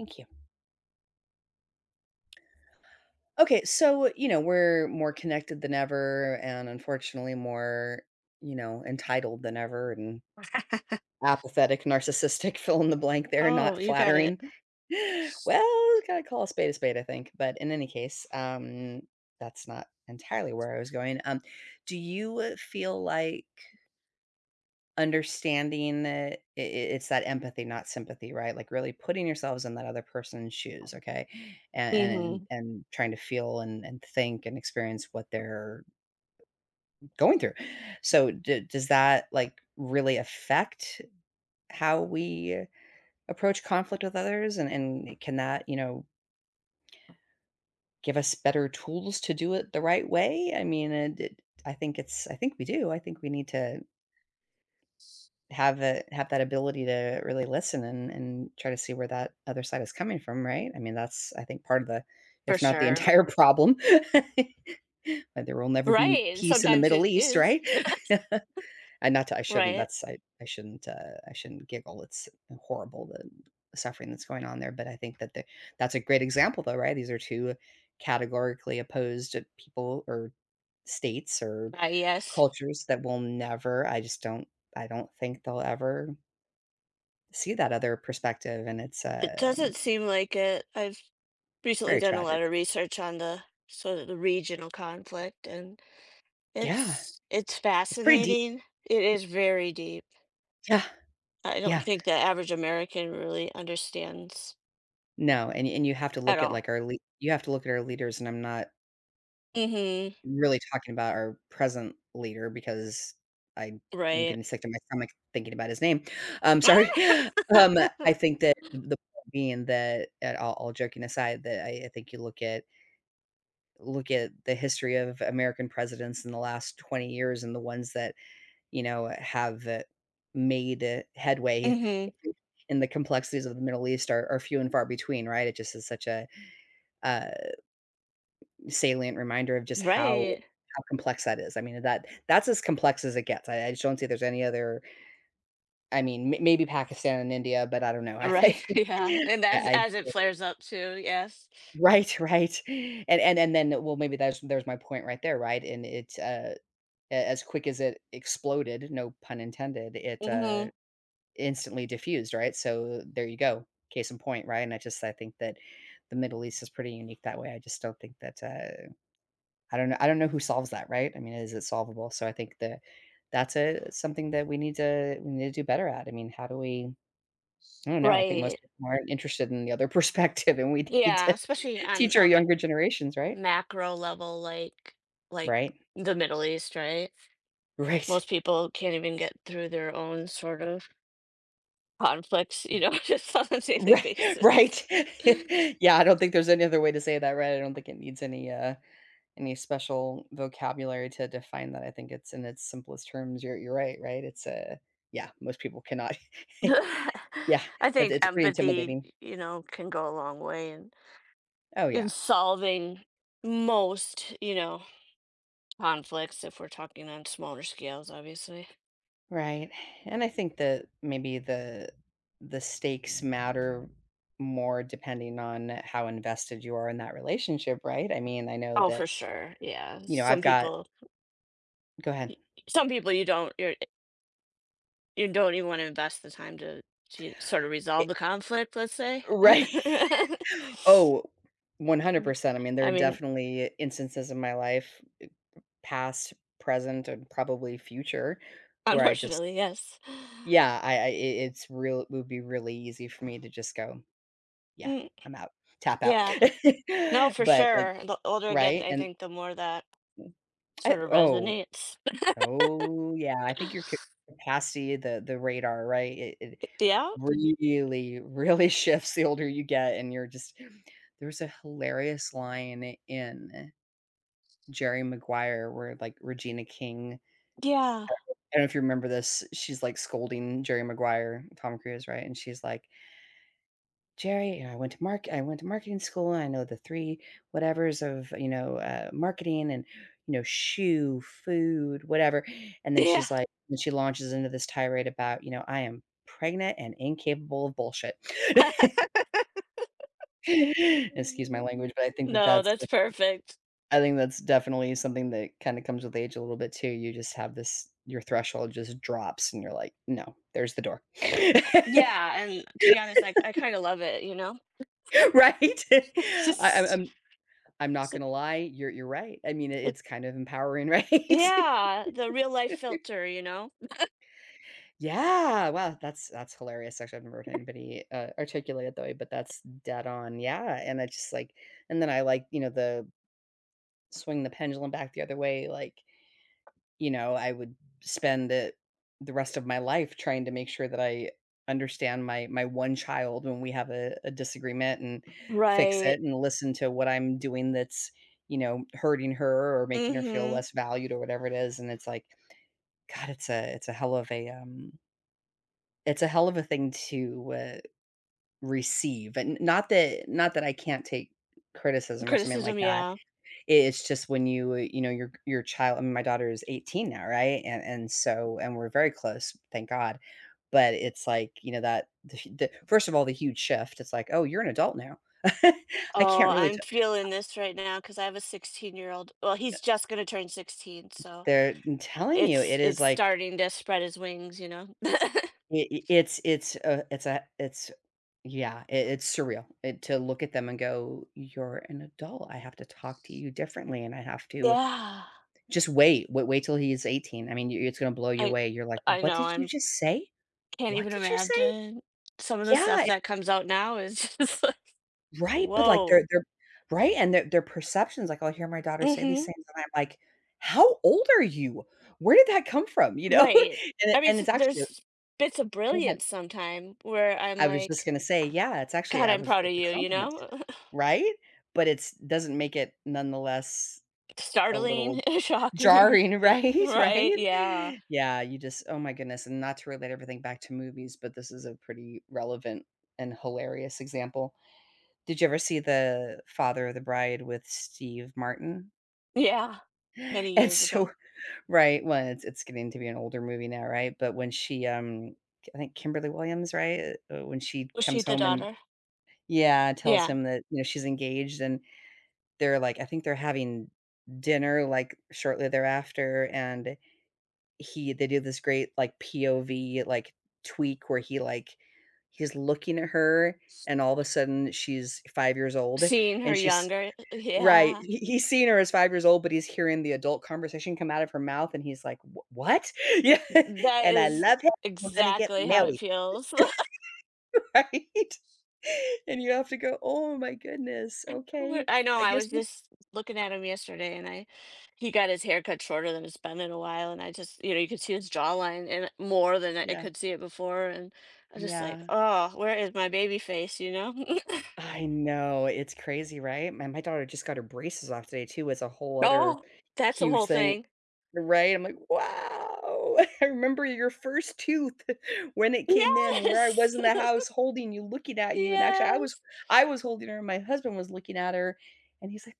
Thank you. Okay, so, you know, we're more connected than ever and unfortunately more, you know, entitled than ever and apathetic, narcissistic, fill in the blank there, Oh, not you got flattering. it. Well, gotta call a spade, I think. But in any case, that's not entirely where I was going. Do you feel like understanding that I it's that empathy, not sympathy, right? Like, really putting yourselves in that other person's shoes, okay? And and Hmm. and trying to feel and think and experience what they're going through. So, d does that, like, really affect how we approach conflict with others? And can that, you know, give us better tools to do it the right way? I mean, and it I think it's I think we do. I think we need to have a have that ability to really listen and try to see where that other side is coming from, right? I mean, that's, I think, part of the, For if not the sure. entire, problem. But there will never be Right. peace in the Sometimes Middle it East, is. right? And not to Right. I shouldn't, I shouldn't giggle. It's horrible, the suffering that's going on there, but I think that the that's a great example though, right? These are 2 categorically opposed people or states or I yes. cultures that will never I don't think they'll ever see that other perspective, and It doesn't seem like it. I've it's recently very done a lot of tragic. research on the sort of the regional conflict, and Yeah, it's it's pretty deep. fascinating. It is very deep. Yeah, I don't yeah. think the average American really understands No, and you have to at look at, all. like, our lea you have to look at our leaders, and I'm not Hmm. really talking about our present leader because I am Right. getting sick to my stomach thinking about his name. Sorry. Um, I think that the point being that at all joking aside, that I think you look at the history of American presidents in the last 20 years, and the ones that, you know, have, made, headway Hmm. in in the complexities of the Middle East are few and far between, right? It just is such a, uh, salient reminder of just how Right. Complex that is. I mean, that that's as complex as it gets. I just don't see there's any other. I mean, m maybe Pakistan and India, but I don't know. I Right. think Yeah. And I as I as it just flares up too, yes. right, right. And then, well, maybe that's there's my point right there, right? And it's, a as quick as it exploded, no pun intended, it, Mhm. Instantly diffused, right? So there you go. Case in point, right? And I think that the Middle East is pretty unique that way. I just don't think that, I don't know, I don't know who solves that, right? I mean, is it solvable? So I think that that's a something that we need to do better at. I mean, how do we? I don't know. I think most Right. people aren't interested in the other perspective, and we need Yeah, to especially on teach our a ma younger generations, right? macro level, like Right. the Middle East, right? Right. Most people can't even get through their own sort of conflicts, just on a daily Right. basis. Right. Yeah, I don't think there's any other way to say that, right? I don't think it needs any special vocabulary to define that. I think it's in its simplest terms. You're right, right? It's a, yeah, most people cannot. Yeah, I but think it's pretty empathy, intimidating. Can go a long way Oh, in yeah. solving most, conflicts if we're talking on smaller scales, obviously. Right, and I think that maybe the stakes matter more depending on how invested you are in that relationship, right? I mean, I know Oh, that, for sure. Yeah. you know, I've Some got people, go ahead. y- some people you don't, you're, you don't even want to invest the time to sort of resolve It the conflict, let's say. right. I 100%. I mean, there are mean, definitely instances in my life, past, present, and probably future, where I just, unfortunately, yes. yeah, I it's real. It would be really easy for me to just go, "Yeah, Mm, I'm out, tap out." yeah. No, for But, like, sure. The older I get, right? I And think the more that I, sort of oh, resonates. oh, yeah, I think your ca capacity, the radar, right? It Yeah. really, really shifts the older you get, and you're just, there's a hilarious line in Jerry Maguire where, like, Regina King, Yeah. I don't know if you remember this, she's, like, scolding Jerry Maguire, Tom Cruise, right? And she's like, "Jerry, you know, I went to mark I went to marketing school, and I know the 3 whatevers of, you know, marketing and, you know, shoe, food, whatever." And then Yeah. she's like then she launches into this tirade about, you know, "I am pregnant and incapable of bullshit." Excuse my Mhm. language, but I think that No, that's, that's perfect. I think that's definitely something that kinda comes with age a little bit too. You just have this, your threshold just drops, and you're like, "No, there's the door." Yeah, and to be honest, I kinda love it, you know? Right? I It's I'm just I'm not it's gonna lie, you're right. I mean, like it's kind of empowering, right? yeah, the real life filter, you know? Yeah, wow, that's hilarious. Actually, I've never heard anybody, articulate it that way, but that's dead on, yeah, and I just, like, and then you know, the swing the pendulum back the other way, like, you know, I would spend the rest of my life trying to make sure that I understand my one child when we have a disagreement, and fix Right. it and listen to what I'm doing that's, you know, hurting her or making her feel Mhm. less valued or whatever it is. And it's like, God, it's a hell of a, it's a hell of a thing to, receive. And not that I can't take criticism or something like Criticism, that. yeah. It's just when you, you know, your child. I mean, my daughter is 18 now, right? And and we're very close, thank God. But it's like, you know, that the first of all, the huge shift, it's like, "Oh, you're an adult now." I Oh, can't really t I'm feeling this right now because I have a 16-year-old. Well, he's just gonna turn 16, so they're, I'm telling you, it's it is it's like, starting to spread his wings, you know? I it's, yeah, it's surreal, it to look at them and go, "You're an adult, I have to talk to you differently, and I have to" Yeah. just wait, wait till he's 18, I mean, I it's gonna blow you I away, you're like, I "What know, did you I'm just say?" can't What even did you say? imagine. Some of the Yeah, stuff that comes out now is just like, right, but, like, "Woah." they're right, and their perceptions, like, I'll hear my daughter say these Mhm. things, and I'm like, "How old are you? Where did that come from?" You know? Right. And it I mean, and s it's actually there's bits of go ahead. brilliance sometime where I'm I was just like, gonna say, yeah, it's actually "God, I I'm was proud of it's a you," you compliment, know? right? But it's, doesn't make it nonetheless a Startling, little shocking, jarring, right? right? Yeah. Right? Yeah, you just, oh my goodness, and not to relate everything back to movies, but this is a pretty relevant and hilarious example. Did you ever see the Father of the Bride with Steve Martin? Yeah. Many And years so ago. right, well, it's getting to be an older movie now, right? But when she, I think Kimberly Williams, right? When she Was she comes the home and, daughter? yeah, tells Yeah. him that, you know, she's engaged, and they're like, I think they're having dinner, like, shortly thereafter, and he they do this great, like, POV, like, tweak where he, like, he's looking at her, and all of a sudden she's 5 years old, Seeing and her she's younger right. yeah. He's seen her as 5 years old, but he's hearing the adult conversation come out of her mouth, and he's like, "Wh what?" Yeah, That "And I is love him, we're gonna get exactly how it married." feels. Right? And you have to go, "Oh my goodness, Wh okay, I know, I I guess was this." just looking at him yesterday, and I he got his hair cut shorter than it's been in a while, and I just you know, you could see his jawline and more than I Yeah, could see it before, and I'm just like, yeah. "Oh, where is my baby face?" You know? I know, it's crazy, right? My daughter just got her braces off today too, it's a whole other Oh, that's the huge whole thing. thing. Right? I'm like, "Wow, I remember your first tooth when it came in, where I Yes! was in the house holding you, looking at you," and actually, Yes. I was holding her, and my husband was looking at her, and he's like,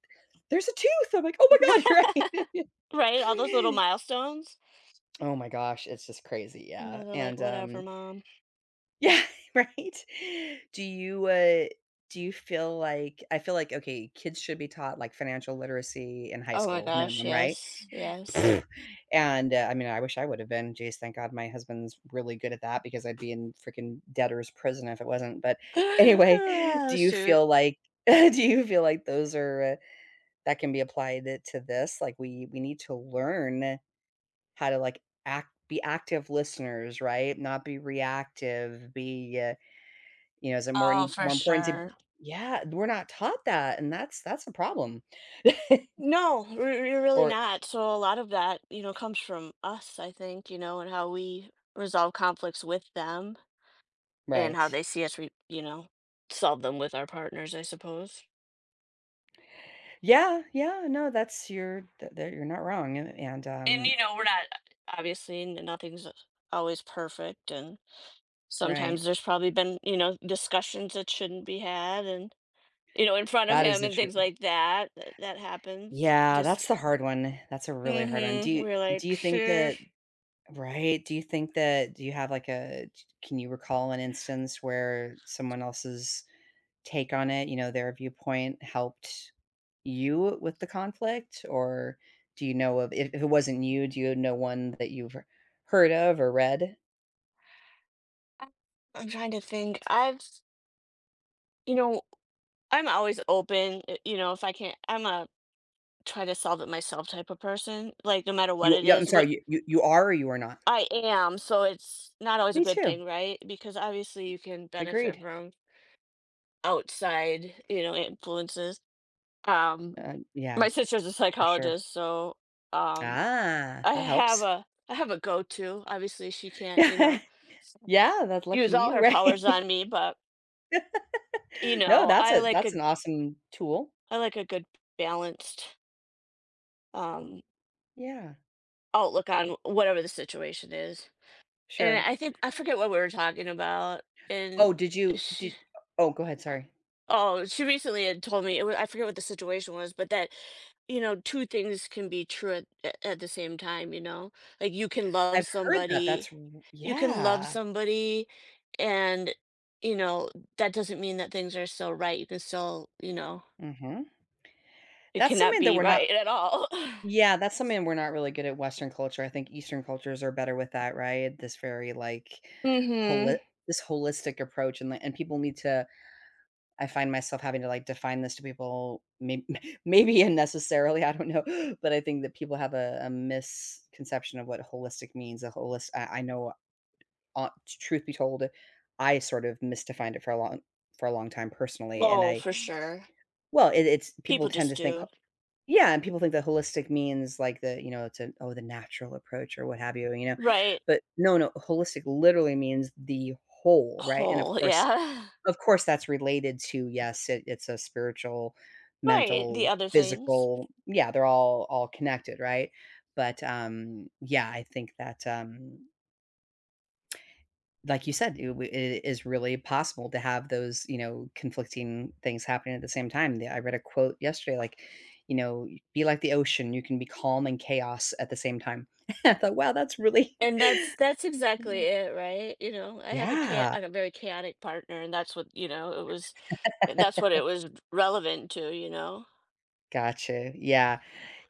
"There's a tooth!" I'm like, "Oh my god, you're right." Right? All those little milestones. Oh my gosh, it's just crazy, yeah, No, they're like, and, "Whatever, mom." yeah, right? Do you, uh do you feel like okay, kids should be taught, like, financial literacy in high Oh my school gosh, minimum, right? yes, yes. And, I mean, I wish I would have been. Jeez, thank God my husband's really good at that because I'd be in freaking debtor's prison if it wasn't. But anyway, Oh, do you shoot. feel like do you feel like those are, that can be applied it to this? Like, we need to learn how to, like act be active listeners, right? Not be reactive, be is it Oh, for more important to? sure. Yeah, we're not taught that, and that's a problem. No, we're really Or not. So a lot of that, you know, comes from us, I think, you know, and how we resolve conflicts with them and how right. they see us, you know, solve them with our partners, I suppose. Yeah, yeah, no, that's your. Are th You're not wrong, and And, you know, we're not, obviously, nothing's always perfect. And right. sometimes there's probably been, you know, discussions that shouldn't be had and, you know, in front of That is him the and truth. things like that. That, that happens. Yeah, that's Just, the hard one. That's a really hard one. Do mm-hmm. you We're do like, you think sure. that right, do you think that do you have, like, a? Can you recall an instance where someone else's take on it, their viewpoint helped you with the conflict? Or do you know of if it wasn't you, do you know one that you've heard of or read? I'm trying to think. I've, you know, I'm always open, you know, if I can't I'm a try to solve it myself type of person, like, no matter what it I'm is, what sorry, you are, or you are not? I am, so it's not always a Me good too, thing, right? Because obviously you can benefit agreed. from outside, you know, influences. Um, Uh, yeah, my sister's a for sure. psychologist, so, um, Ah, that helps. I have a go-to. Obviously, she can't, you Yeah, know, yeah, that's lucky use all you, her right? powers on me, but, you No, know, that's a that's an awesome tool. I like a good balanced, um Yeah, outlook on whatever the situation is. And sure. I think I forget what we were talking about, Oh, and did you she did Oh, go ahead, sorry. oh, she recently had told me it was I forget what the situation was, but that, you know, 2 things can be true at at the same time, you know? Like, I've heard that. That's r you can love yeah, somebody, and, you know, that doesn't mean that things are still right. You can still, you know mhm. it That's cannot something that be we're not. right at all. Yeah, that's something we're not really good at Western culture. I think Eastern cultures are better with that, right? This very, like, holi Mhm. this holistic approach, and, like, and people need to. I find myself having to, like, define this to people, may maybe unnecessarily, I don't know, but I think that people have a misconception of what holistic means, a holistic, I know, uh, truth be told, I sort of misdefined it for a long time personally, and Oh, I for sure. well, it's people People tend just to think do. yeah, and people think that holistic means, like, the you know, it's an "Oh, the natural approach," or what have you, you know? Right. But no, no, holistic literally means the whole, right? And, Whole, yeah. of course, that's related to yes, it's a spiritual, Right, the mental, other things. physical yeah, they're all connected, right? But, yeah, I think that, like you said, it w it is really possible to have those, conflicting things happening at the same time. The I read a quote yesterday, like, y- "Be like the ocean, you can be calm and chaos at the same time." I thought, "Wow, that's really" And that's exactly it, right? You know, I have a cha Yeah. a very chaotic partner, and that's what, you know, it was that's what it was relevant to, you know? Gotcha, yeah.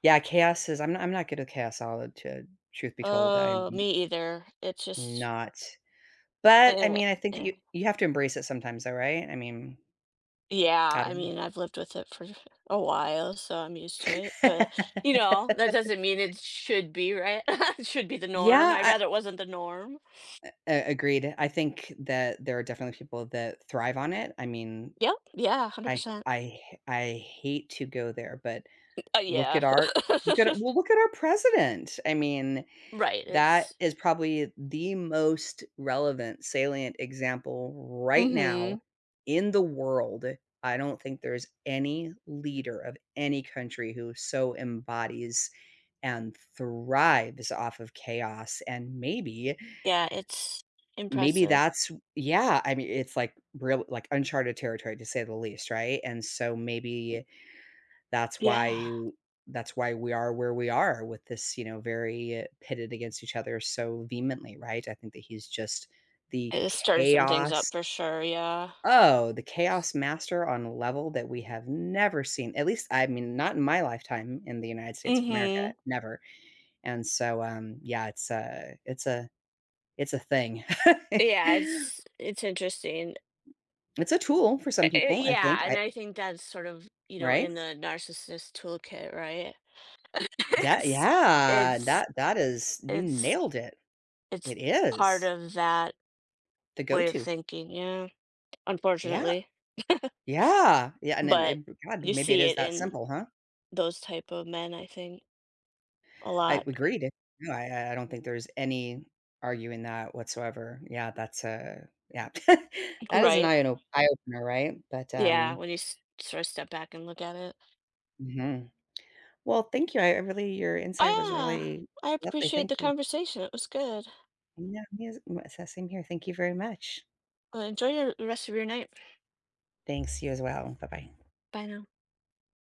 Yeah, chaos is I'm not good at chaos solid to truth be told, Oh, I'm me either. It's just not. But, I eh, mean, I think that eh. you have to embrace it sometimes though, right? I mean, Yeah, I I don't know. mean, I've lived with it for a while, so I'm used to it, but, you know, that doesn't mean it should be, right? It should be the norm. Yeah, I'd I rather it wasn't the norm. uh, agreed. I think that there are definitely people that thrive on it. I mean, Yep, yeah, I 100%. I I hate to go there, but look Yeah. at our look at well, look at our president. I mean, Right, that it's is probably the most relevant, salient example right now Mhm. in the world. I don't think there's any leader of any country who so embodies and thrives off of chaos, and maybe Yeah, it's maybe impressive. that's yeah, I mean, it's, like, real like, uncharted territory, to say the least, right? And so maybe that's Yeah. why that's why we are where we are with this, very, pitted against each other so vehemently, right? I think that he's just the It stirred some things up chaos for sure, yeah. Oh, the chaos master on a level that we have never seen, at least, I mean, not in my lifetime in the United States of America, Mhm. never, and so, yeah, it's a thing. Yeah, it's interesting. It's a tool for some I people, I think, yeah, and I I think that's sort of, you know, right? in the narcissist toolkit, right? That It's yeah, it's that that is you it's nailed it. It it's part is. of that The way of go-to. thinking, yeah, Yeah, unfortunately. yeah, yeah, and then But it God, you maybe it see is it that in simple, huh? those type of men, I think, a I lot, agreed. Eh, no, I don't think there's any arguing that whatsoever. Yeah, that's a yeah. That is an right? eye o eye opener, right? But, Yeah, when you s sort of step back and look at it. mhm. Well, thank you. I really your insight was Ah, really I lovely. appreciate the Thank you. conversation. It was good. Yeah, me as m s same here. Thank you very much. Well, enjoy your the rest of your night. Thanks, you as well. Bye-bye. Bye now.